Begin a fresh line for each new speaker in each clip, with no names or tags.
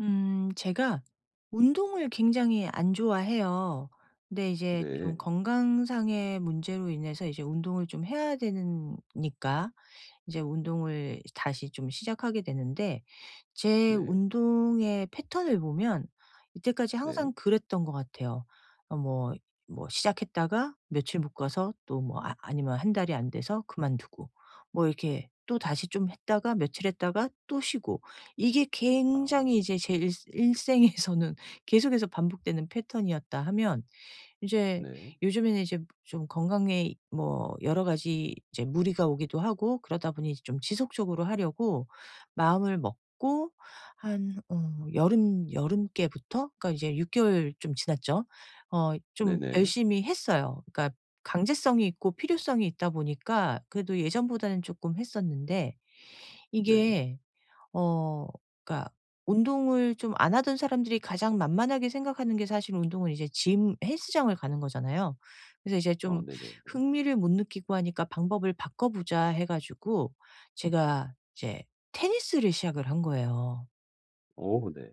제가 운동을 굉장히 안 좋아해요. 근데 이제
네.
좀 건강상의 문제로 인해서 이제 운동을 좀 해야 되니까 이제 운동을 다시 좀 시작하게 되는데 제
네.
운동의 패턴을 보면 이때까지
네.
항상 그랬던 것 같아요. 어 뭐 뭐 시작했다가 며칠 못 가서 또 뭐 아니면 한 달이 안 돼서 그만두고 뭐 이렇게 또다시 좀 했다가 며칠 했다가 또 쉬고 이게
아.
굉장히 이제 제 일 일생에서는 계속해서 반복되는 패턴이었다 하면 이제
네.
요즘에는 이제 좀 건강에 뭐 여러 가지 이제 무리가 오기도 하고 그러다 보니 좀 지속적으로 하려고 마음을 먹고 한 여름께부터 그러니까 이제 6 개월 좀 지났죠. 좀
네네.
열심히 했어요. 그러니까 강제성이 있고 필요성이 있다 보니까 그래도 예전보다는 쪼끔 했었는데
네.
이게 어 그러니까 운동을 좀 안 하던 사람들이 가장 만만하게 생각하는 게 사실 운동은 이제 짐 헬스장을 가는 거잖아요. 그래서 이제
어
좀
네네.
흥미를 못 느끼고 하니까 '방법을 바꿔 보자.' 해 가지고 제가 이제 테니스를 시작을 한 거예요.
오 네.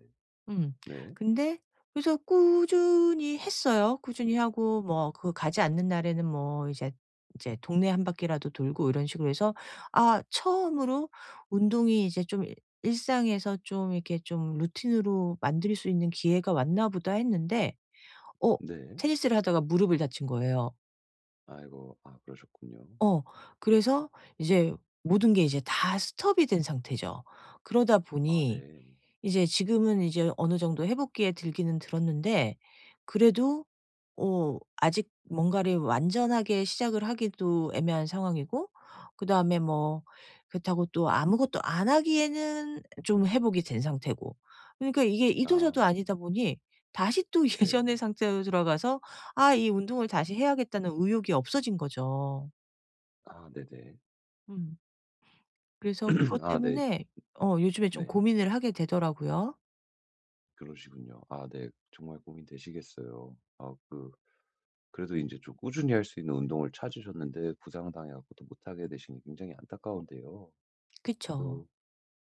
음.
네.
근데 그래서 꾸준히 했어요. 꾸준히 하고 뭐 그 가지 않는 날에는 뭐 이제 동네 한 바퀴라도 돌고 이런 식으로 해서 처음으로 운동이 이제 좀 일 일상에서 좀 이렇게 좀 루틴으로 만들 수 있는 기회가 왔나 보다 했는데 어
네.
테니스를 하다가 무릎을 다친 거예요.
아이고. 아 그러셨군요.
어 그래서 이제 모든 게 이제 다 스톱이 된 상태죠. 그러다
아
보니
네.
이제 지금은 이제 어느 정도 회복기에 들기는 들었는데 그래도 아직 뭔가를 완전하게 시작을 하기도 애매한 상황이고 그다음에 뭐 그렇다고 또 아무것도 안 하기에는 좀 회복이 된 상태고. 그러니까 이게 이도
아
저도 아니다 보니 다시 또 예전의
네.
상태로 돌아가서 '아 이 운동을 다시 해야겠다.'는 의욕이 없어진 거죠.
아 네네.
음. 그래서 그것
아 네.
때문에 요즘에 좀
네.
고민을 하게 되더라고요.
그러시군요. 아 네. 정말 고민되시겠어요. 그래도 이제 좀 꾸준히 할 수 있는 운동을 찾으셨는데 부상당해 갖고 또 못하게 되시니 굉장히 안타까운데요. 그
그쵸.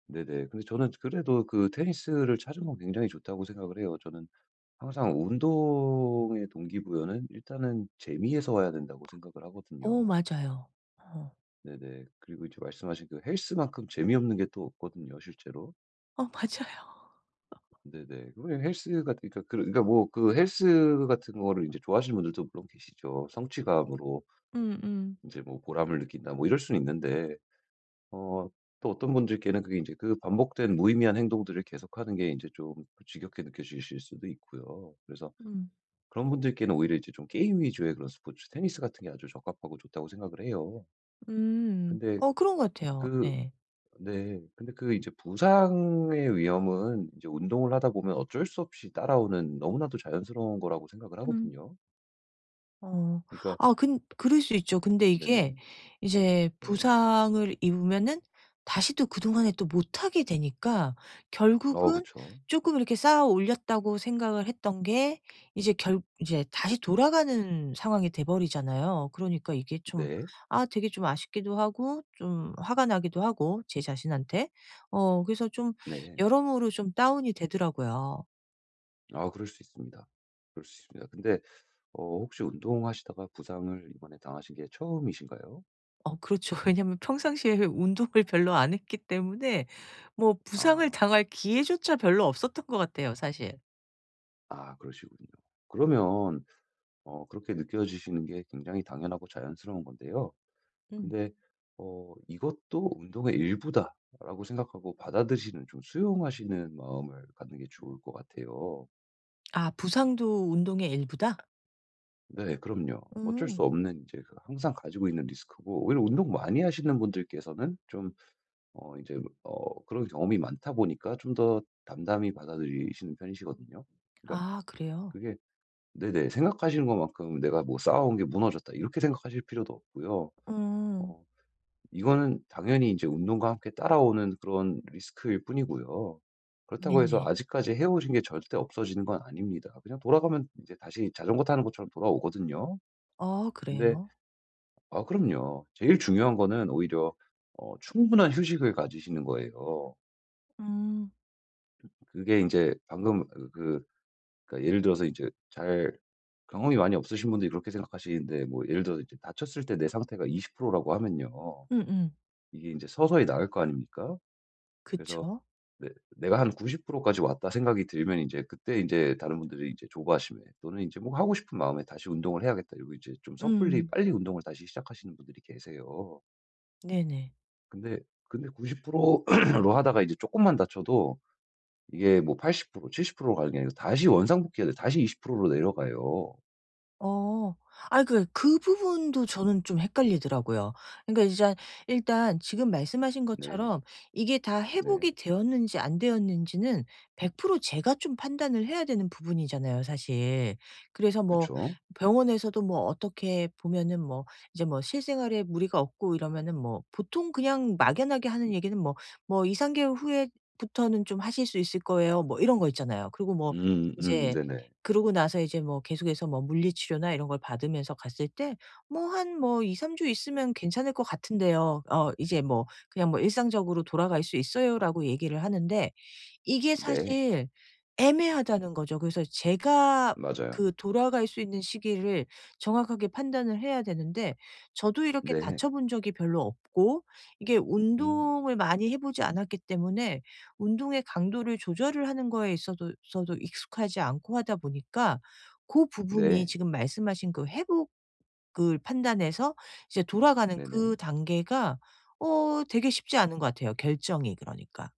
네네. 근데 저는 그래도 그 테니스를 찾은 건 굉장히 좋다고 생각을 해요. 저는 항상 운동의 동기부여는 일단은 재미에서 와야 된다고 생각을
어
하거든요.
맞아요. 어.
네네. 그리고 이제 말씀하신 그 헬스만큼 재미없는 게 또 없거든요, 실제로.
어 맞아요.
네네. 그러면 헬스가, 그러니까, 그러니까 뭐 그 헬스 같은 거를 이제 좋아하시는 분들도 물론 계시죠. 성취감으로
음음.
이제 뭐 보람을 느낀다, 뭐 이럴 수는 있는데, 어, 또 어떤 분들께는 그게 이제 그 반복된 무의미한 행동들을 계속하는 게 이제 좀 지겹게 느껴지실 수도 있고요. 그래서
음.
그런 분들께는 오히려 이제 좀 게임 위주의 그런 스포츠, 테니스 같은 게 아주 적합하고 좋다고 생각을 해요.
음.
근데
어 그런 것 같아요.
그
네.
네. 근데 그 이제 부상의 위험은 이제 운동을 하다 보면 어쩔 수 없이 따라오는 너무나도 자연스러운 거라고 생각을
음.
하거든요.
어.
그러니까
아 근 그럴 수 있죠. 근데 이게
네네.
이제
네.
부상을 입으면은 다시 또 그동안에 또 못하게 되니까
어
결국은
그쵸.
쪼끔 이렇게 쌓아 올렸다고 생각을 했던 게 이제 다시 돌아가는 상황이 돼 버리잖아요. 그러니까 이게 좀
네.
되게 좀 아쉽기도 하고 좀 화가 나기도 하고 제 자신한테. 그래서 좀
네.
여러모로 좀 다운이 되더라고요.
아 그럴 수 있습니다. 그럴 수 있습니다. 근데 혹시 운동하시다가 부상을 이번에 당하신 게 처음이신가요?
그렇죠. 왜냐면 평상시에 운동을 별로 안 했기 때문에 뭐 부상을
아.
당할 기회조차 별로 없었던 것 같아요 사실.
아 그러시군요. 그러면 어, 그렇게 느껴지시는 게 굉장히 당연하고 자연스러운 건데요.
음.
근데, 어, 이것도 운동의 일부다라고 생각하고 받아들이시는, 좀 수용하시는 마음을 갖는 게 좋을 것 같아요.
아 부상도 운동의 일부다?
네, 그럼요. 어쩔 수
음.
없는 이제 그 항상 가지고 있는 리스크고, 오히려 운동 많이 하시는 분들께서는 좀, 어, 이제, 어, 그런 경험이 많다 보니까 좀 더 담담히 받아들이시는 편이시거든요. 그러니까
아 그래요?
그게, 네네, 생각하시는 것만큼 내가 뭐 쌓아온 게 무너졌다, 이렇게 생각하실 필요도 없고요.
음.
어, 이거는 당연히 이제 운동과 함께 따라오는 그런 리스크일 뿐이고요. 그렇다고 해서
네네.
아직까지 해오신 게 절대 없어지는 건 아닙니다. 그냥 돌아가면 이제 다시 자전거 타는 것처럼 돌아오거든요.
어
근데
그래요?
아 그럼요. 제일 중요한 거는 오히려 어 충분한 휴식을 가지시는 거예요.
음.
그게 이제 방금 그 그러니까 예를 들어서 이제 잘 경험이 많이 없으신 분들이 그렇게 생각하시는데 뭐 예를 들어서 이제 다쳤을 때 내 상태가 20% 라고 하면요.
음음.
이게 이제 서서히 나을 거 아닙니까? 그래서
그쵸.
내 '내가 한 90% 까지 왔다.' 생각이 들면 이제 그때 이제 다른 분들이 이제 조바심에 또는 이제 뭐 '하고 싶은 마음에 다시 운동을 해야겠다.' 이러고 이제 좀 섣불리
음.
빨리 운동을 다시 시작하시는 분들이 계세요.
네네.
근데 90%로 하다가 이제 조금만 다쳐도 이게 뭐 80% 70%로 가는 게 아니고 다시 원상복귀해야 돼 다시 20%로 내려가요.
어. 아니 그 부분도 저는 좀 헷갈리더라고요. 그러니까 이제 일단 지금 말씀하신
네.
것처럼 이게 다
네.
회복이 되었는지 안 되었는지는 100% 제가 좀 판단을 해야 되는 부분이잖아요 사실. 그래서 뭐
그쵸.
병원에서도 뭐 어떻게 보면은 뭐 이제 뭐 실생활에 무리가 없고 이러면은 뭐 보통 그냥 막연하게 하는 얘기는 뭐 "뭐 2-3 개월 후에부터는 좀 하실 수 있을 거예요." 뭐 이런 거 있잖아요. 그리고 뭐 이제
네네.
그러고 나서 이제 뭐 계속해서 뭐 물리치료나 이런 걸 받으면서 갔을 때 뭐 한 뭐 2-3주 있으면 괜찮을 것 같은데요. 이제 뭐 그냥 뭐 "일상적으로 돌아갈 수 있어요."라고 얘기를 하는데 이게
네.
사실 애매하다는 거죠. 그래서 제가
맞아요.
그 돌아갈 수 있는 시기를 정확하게 판단을 해야 되는데 저도 이렇게
네.
다쳐 본 적이 별로 없고 이게
음.
운동을 많이 해 보지 않았기 때문에 운동의 강도를 조절을 하는 거에 있어도 익숙하지 않고 하다 보니까 그 부분이
네.
지금 말씀하신 그 회복을 판단해서 이제 돌아가는
네네.
그 단계가 되게 쉽지 않은 것 같아요, 결정이 그러니까.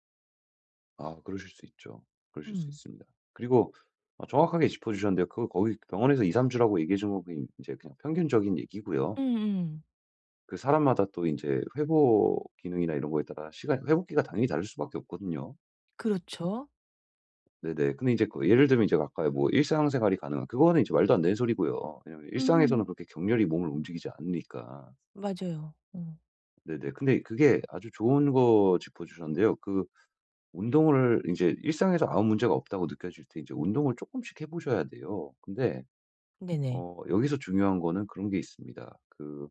아 그러실 수 있죠. 그러실 수
음.
있습니다. 그리고 어 정확하게 짚어주셨는데요. 그거 거기 병원에서 2-3 주라고 얘기해 준 거그이제 그냥 평균적인 얘기고요.
음음.
그 사람마다 또 이제 회복 기능이나 이런 거에 따라 시간 회복기가 당연히 다를 수밖에 없거든요.
그렇죠.
네네. 근데 이제 그 예를 들면 이제 아까 뭐 일상생활이 가능한 그거는 이제 말도 안 되는 소리고요. 왜냐면 일상에서는
음.
그렇게 격렬히 몸을 움직이지 않으니까.
맞아요. 어.
네네. 근데 그게 아주 좋은 거 짚어 주셨는데요. 그 운동을 이제 일상에서 아무 문제가 없다고 느껴질 때 이제 운동을 조금씩 해 보셔야 돼요. 근데
네네.
어 여기서 중요한 거는 그런 게 있습니다. 그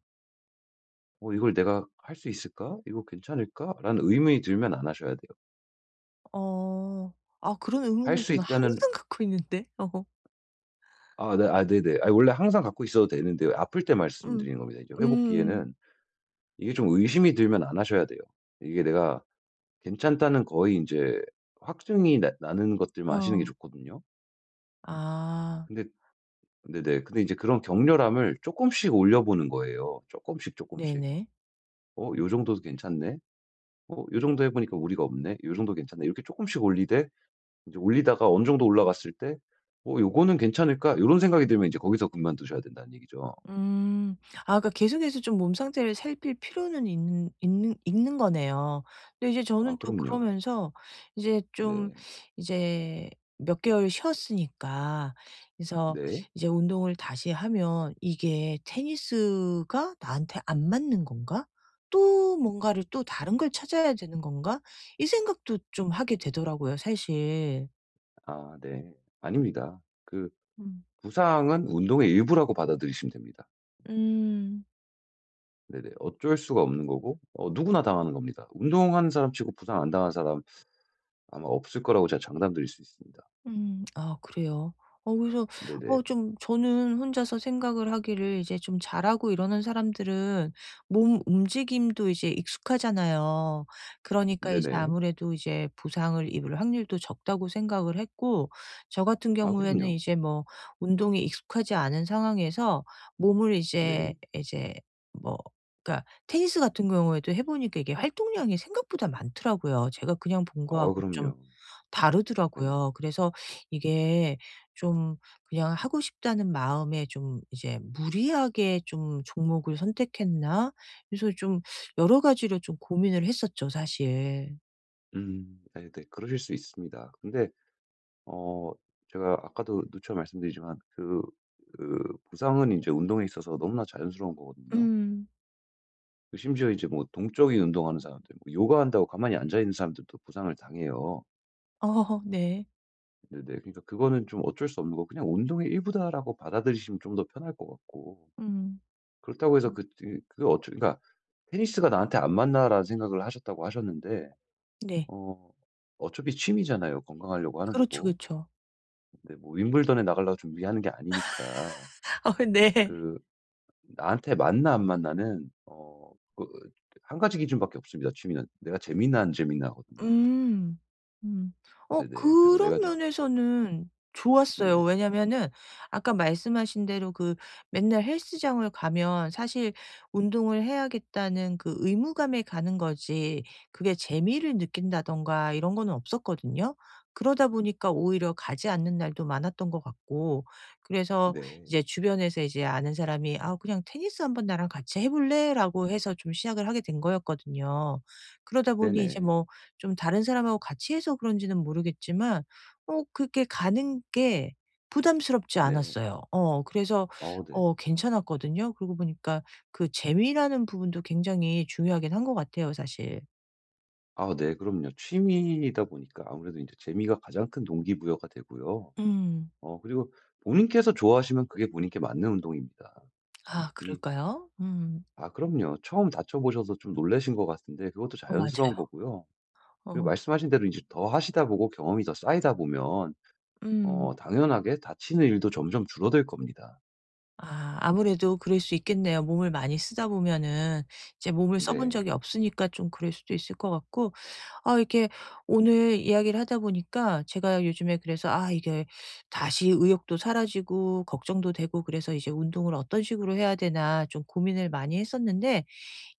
'어 이걸 내가 할 수 있을까? 이거 괜찮을까?'라는 의문이 들면 안 하셔야 돼요.
어. 아 그런
할
의문을
수
저는
있다는
항상 갖고 있는데. 어.
아 네 아 네네. 아 원래 항상 갖고 있어도 되는데요. 아플 때
음.
말씀드리는 겁니다. 이제
음.
회복기에는 이게 좀 의심이 들면 안 하셔야 돼요. 이게 내가 괜찮다는 거의 이제 확증이 나 나는 것들만 하시는 게
어.
좋거든요.
아.
근데 네네. 근데 이제 그런 격렬함을 조금씩 올려보는 거예요. 조금씩 조금씩
네네.
'어 요 정도도 괜찮네. 어 요 정도 해 보니까 무리가 없네. 요 정도 괜찮네.' 이렇게 조금씩 올리되 이제 올리다가 어느 정도 올라갔을 때 '어 요거는 괜찮을까?' 요런 생각이 들면 이제 거기서 그만두셔야 된다는 얘기죠.
음. 아 그러니까 계속해서 좀 몸 상태를 살필 필요는 있는 거네요. 근데 이제
아
저는 또
그럼요.
그러면서 이제 좀
네.
이제 몇 개월 쉬었으니까 그래서
네.
이제 운동을 다시 하면 '이게 테니스가 나한테 안 맞는 건가? 또 뭔가를 또 다른 걸 찾아야 되는 건가?' 이 생각도 좀 하게 되더라고요 사실.
아 네. 아닙니다. 그
음.
부상은 운동의 일부라고 받아들이시면 됩니다.
음.
네네. 어쩔 수가 없는 거고 어 누구나 당하는 겁니다. 운동하는 사람 치고 부상 안 당한 사람 아마 없을 거라고 제가 장담드릴 수 있습니다.
음. 아 그래요? 그래서
네네.
좀 저는 혼자서 생각을 하기를 이제 좀 잘하고 이러는 사람들은 몸 움직임도 이제 익숙하잖아요. 네. 그러니까 이제
네네.
아무래도 이제 부상을 입을 확률도 적다고 생각을 했고 저 같은
아
경우에는
그럼요.
이제 뭐 운동이 익숙하지 않은 상황에서 몸을 이제
네.
이제 뭐 그러니까 테니스 같은 경우에도 해 보니까 이게 활동량이 생각보다 많더라고요. 제가 그냥 본
아
거하고 좀
그럼요. 네네.
다르더라고요. 그래서 이게 좀 그냥 하고 싶다는 마음에 좀 이제 무리하게 좀 종목을 선택했나? 그래서 좀 여러 가지로 좀 고민을 했었죠 사실.
음. 네네. 그러실 수 있습니다. 근데 어 제가 아까도 누차 말씀드리지만 그 부상은 이제 운동에 있어서 너무나 자연스러운 거거든요.
음.
그 심지어 이제 뭐 동적인 운동하는 사람들 뭐 요가한다고 가만히 앉아 있는 사람들도 부상을 당해요.
어 네.
네네. 그러니까 그거는 좀 어쩔 수 없는 거 그냥 '운동의 일부다.'라고 받아들이시면 좀 더 편할 것 같고
음.
그렇다고 해서 그 어쩔 그러니까 '테니스가 나한테 안 맞나.'라는 생각을 하셨다고 하셨는데
네.
어 어차피 취미잖아요. 건강하려고 하는
그렇죠,
거고.
그렇죠.
근데 뭐 윈블던에 나가려고 준비하는 게 아니니까
어 네.
그 나한테 맞나 안 맞나는 어 그 한 가지 기준밖에 없습니다, 취미는. 내가 재미나안재미나거든요
음. 음.
네네. 그래서 내가
그런
좀
면에서는 좋았어요.
네네.
왜냐면은 아까 말씀하신 대로 그 맨날 헬스장을 가면 사실 운동을 해야겠다는 그 의무감에 가는 거지 그게 재미를 느낀다든가 이런 거는 없었거든요. 그러다 보니까 오히려 가지 않는 날도 많았던 것 같고 그래서
네.
이제 주변에서 이제 아는 사람이 "아 그냥 테니스 한번 나랑 같이 해 볼래?"라고 해서 좀 시작을 하게 된 거였거든요. 그러다 보니 이제
네네.
뭐 좀 다른 사람하고 같이 해서 그런지는 모르겠지만 그게 가는 게 부담스럽지
네.
않았어요. 그래서
어 네.
괜찮았거든요. 그러고 보니까 그 재미라는 부분도 굉장히 중요하긴 한 것 같아요 사실.
아 네 그럼요. 취미이다 보니까 아무래도 이제 재미가 가장 큰 동기부여가 되고요.
음.
어 그리고 본인께서 좋아하시면 그게 본인께 맞는 운동입니다.
아
이
그럴까요? 음.
아 그럼요. 처음 다쳐 보셔서 좀 놀라신 것 같은데 그것도
어
자연스러운
맞아요.
거고요. 그리고
어.
말씀하신 대로 이제 더 하시다 보고 경험이 더 쌓이다 보면
음.
어 당연하게 다치는 일도 점점 줄어들 겁니다.
아 아무래도 그럴 수 있겠네요. 몸을 많이 쓰다 보면은 이제 몸을 써본
네.
적이 없으니까 좀 그럴 수도 있을 것 같고 아 이렇게 오늘 이야기를 하다 보니까 제가 요즘에 그래서 이게 다시 의욕도 사라지고 걱정도 되고 그래서 이제 '운동을 어떤 식으로 해야 되나.' 좀 고민을 많이 했었는데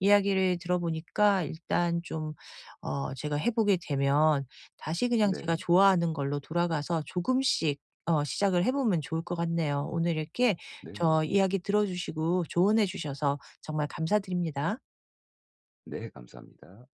이야기를 들어보니까 일단 좀 제가 해 보게 되면 다시 그냥 제가
네.
좋아하는 걸로 돌아가서 조금씩 시작을 해 보면 좋을 것 같네요. 오늘 이렇게
네네.
저 이야기 들어 주시고 조언해 주셔서 정말 감사드립니다.
네. 감사합니다.